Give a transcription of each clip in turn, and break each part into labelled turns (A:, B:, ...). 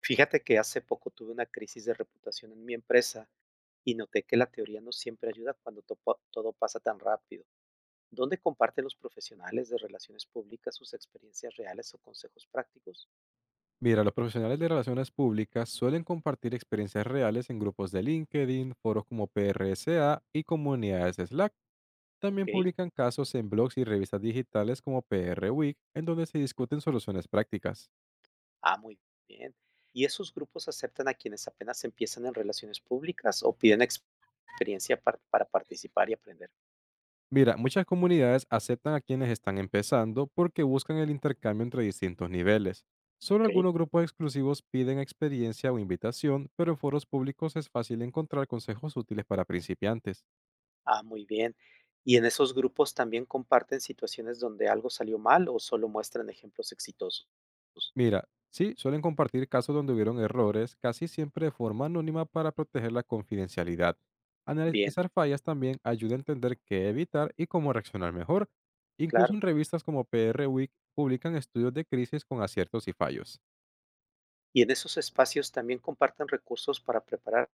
A: Fíjate que hace poco tuve una crisis de reputación en mi empresa y noté que la teoría no siempre ayuda cuando todo pasa tan rápido. ¿Dónde comparten los profesionales de relaciones públicas sus experiencias reales o consejos prácticos?
B: Mira, los profesionales de relaciones públicas suelen compartir experiencias reales en grupos de LinkedIn, foros como PRSA y comunidades Slack.
A: Ok,
B: También publican casos en blogs y revistas digitales como PR Week, en donde se discuten soluciones prácticas.
A: muy bien. ¿Y esos grupos aceptan a quienes apenas empiezan en relaciones públicas o piden experiencia para participar y aprender?
B: Mira, muchas comunidades aceptan a quienes están empezando porque buscan el intercambio entre distintos niveles. Solo
A: Ok,
B: algunos grupos exclusivos piden experiencia o invitación, pero en foros públicos es fácil encontrar consejos útiles para principiantes.
A: muy bien. ¿Y en esos grupos también comparten situaciones donde algo salió mal o solo muestran ejemplos exitosos?
B: Mira, sí, suelen compartir casos donde hubieron errores, casi siempre de forma anónima para proteger la confidencialidad.
A: Bien.
B: Analizar fallas también ayuda a entender qué evitar y cómo reaccionar mejor. Incluso
A: Claro.
B: en revistas como PR Week publican estudios de crisis con aciertos y fallos.
A: Y en esos espacios también compartan recursos para prepararse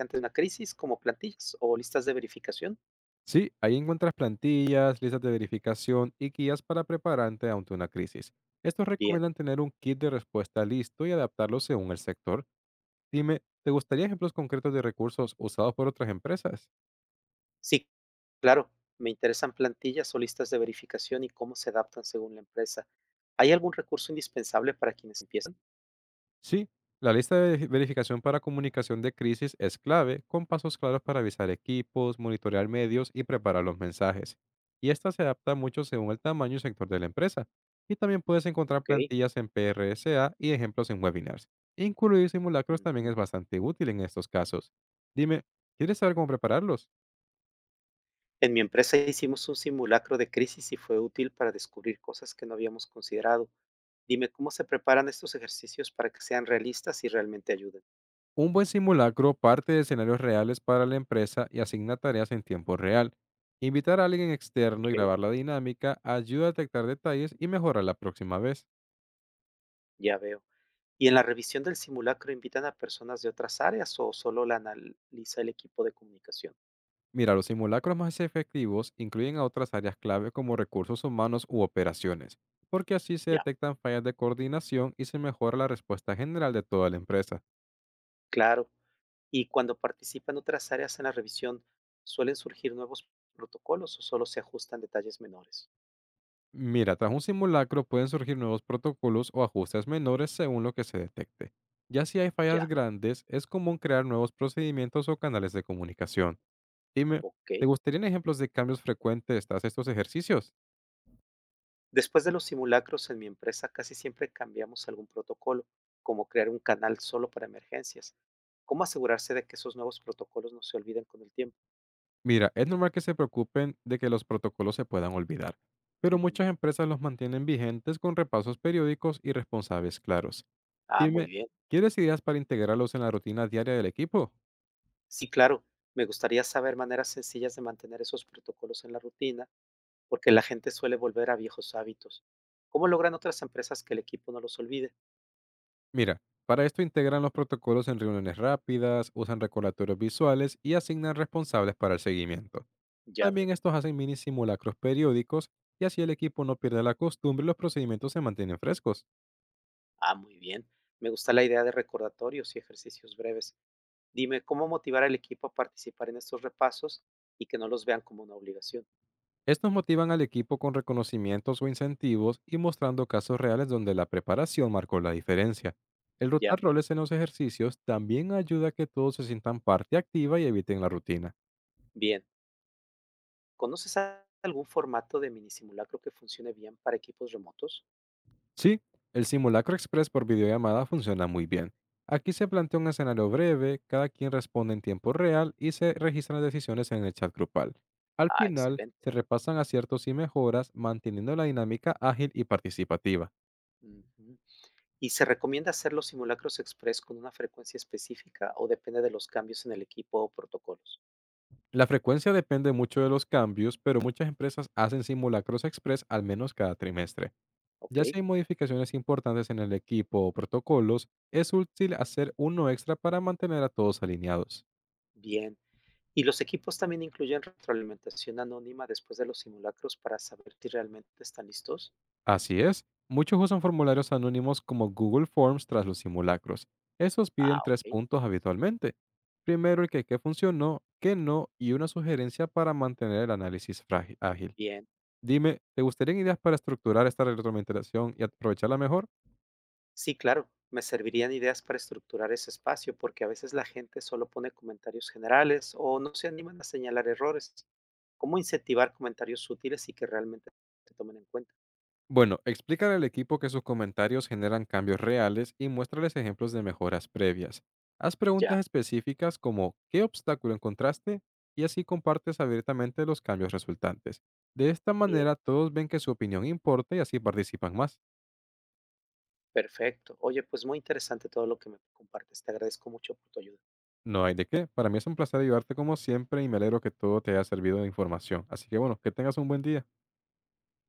A: ante una crisis, como plantillas o listas de verificación.
B: Sí, ahí encuentras plantillas, listas de verificación y guías para prepararte ante una crisis. Estos
A: Bien.
B: recomiendan tener un kit de respuesta listo y adaptarlo según el sector. Dime, ¿te gustaría ejemplos concretos de recursos usados por otras empresas?
A: Sí, claro. Me interesan plantillas o listas de verificación y cómo se adaptan según la empresa. ¿Hay algún recurso indispensable para quienes empiezan?
B: Sí, la lista de verificación para comunicación de crisis es clave, con pasos claros para avisar equipos, monitorear medios y preparar los mensajes. Y esta se adapta mucho según el tamaño y sector de la empresa. Y también puedes encontrar
A: Ok.
B: plantillas en PRSA y ejemplos en webinars. Incluir simulacros también
A: Ujú.
B: es bastante útil en estos casos. Dime, ¿quieres saber cómo prepararlos?
A: En mi empresa hicimos un simulacro de crisis y fue útil para descubrir cosas que no habíamos considerado. Dime, ¿cómo se preparan estos ejercicios para que sean realistas y realmente ayuden?
B: Un buen simulacro parte de escenarios reales para la empresa y asigna tareas en tiempo real. Invitar a alguien externo y
A: Ok,
B: grabar la dinámica ayuda a detectar detalles y mejorar la próxima vez.
A: ya veo. ¿Y en la revisión del simulacro invitan a personas de otras áreas o solo la analiza el equipo de comunicación?
B: Mira, los simulacros más efectivos incluyen a otras áreas clave como recursos humanos u operaciones, porque así se
A: Ya,
B: detectan fallas de coordinación y se mejora la respuesta general de toda la empresa.
A: claro. ¿Y cuando participan otras áreas en la revisión, suelen surgir nuevos protocolos o solo se ajustan detalles menores?
B: Mira, tras un simulacro pueden surgir nuevos protocolos o ajustes menores según lo que se detecte. Ya si hay fallas
A: Ya,
B: grandes, es común crear nuevos procedimientos o canales de comunicación. Dime,
A: ok.
B: ¿te gustarían ejemplos de cambios frecuentes tras estos ejercicios?
A: Después de los simulacros en mi empresa casi siempre cambiamos algún protocolo, como crear un canal solo para emergencias. ¿Cómo asegurarse de que esos nuevos protocolos no se olviden con el tiempo?
B: Mira, es normal que se preocupen de que los protocolos se puedan olvidar, pero
A: Ujú.
B: muchas empresas los mantienen vigentes con repasos periódicos y responsables claros.
A: Ah, muy
B: Dime,
A: bien.
B: ¿quieres ideas para integrarlos en la rutina diaria del equipo?
A: Sí, claro. Me gustaría saber maneras sencillas de mantener esos protocolos en la rutina, porque la gente suele volver a viejos hábitos. ¿Cómo logran otras empresas que el equipo no los olvide?
B: Mira, para esto integran los protocolos en reuniones rápidas, usan recordatorios visuales y asignan responsables para el seguimiento.
A: Ya veo.
B: También estos hacen mini simulacros periódicos y así el equipo no pierde la costumbre y los procedimientos se mantienen frescos.
A: Ah, muy bien. Me gusta la idea de recordatorios y ejercicios breves. Dime, ¿cómo motivar al equipo a participar en estos repasos y que no los vean como una obligación?
B: Estos motivan al equipo con reconocimientos o incentivos y mostrando casos reales donde la preparación marcó la diferencia. El
A: Ya,
B: rotar roles en los ejercicios también ayuda a que todos se sientan parte activa y eviten la rutina.
A: bien. ¿Conoces algún formato de mini simulacro que funcione bien para equipos remotos?
B: Sí, el simulacro express por videollamada funciona muy bien. Aquí se plantea un escenario breve, cada quien responde en tiempo real y se registran las decisiones en el chat grupal. Al
A: Ah,
B: final,
A: excelente.
B: se repasan aciertos y mejoras, manteniendo la dinámica ágil y participativa.
A: Ujú. ¿Y se recomienda hacer los simulacros express con una frecuencia específica o depende de los cambios en el equipo o protocolos?
B: La frecuencia depende mucho de los cambios, pero muchas empresas hacen simulacros express al menos cada trimestre.
A: Ok,
B: Ya si hay modificaciones importantes en el equipo o protocolos, es útil hacer uno extra para mantener a todos alineados.
A: bien. ¿Y los equipos también incluyen retroalimentación anónima después de los simulacros para saber si realmente están listos?
B: Así es, muchos usan formularios anónimos como Google Forms tras los simulacros. Esos
A: Ah,
B: piden tres
A: ok,
B: puntos habitualmente. Primero el que qué funcionó, qué no y una sugerencia para mantener el análisis ágil.
A: bien.
B: Dime, ¿te gustarían ideas para estructurar esta retroalimentación y aprovecharla mejor?
A: Sí, claro. Me servirían ideas para estructurar ese espacio porque a veces la gente solo pone comentarios generales o no se animan a señalar errores. ¿Cómo incentivar comentarios útiles y que realmente se tomen en cuenta?
B: Bueno, explícale al equipo que sus comentarios generan cambios reales y muéstrales ejemplos de mejoras previas. Haz preguntas
A: Ya,
B: específicas como ¿qué obstáculo encontraste? Y así compartes abiertamente los cambios resultantes. De esta
A: bien.
B: manera todos ven que su opinión importa y así participan más.
A: Perfecto. Oye, pues muy interesante todo lo que me compartes. Te agradezco mucho por tu ayuda.
B: No hay de qué. Para mí es un placer ayudarte como siempre y me alegro que todo te haya servido de información. Así que bueno, que tengas un buen día.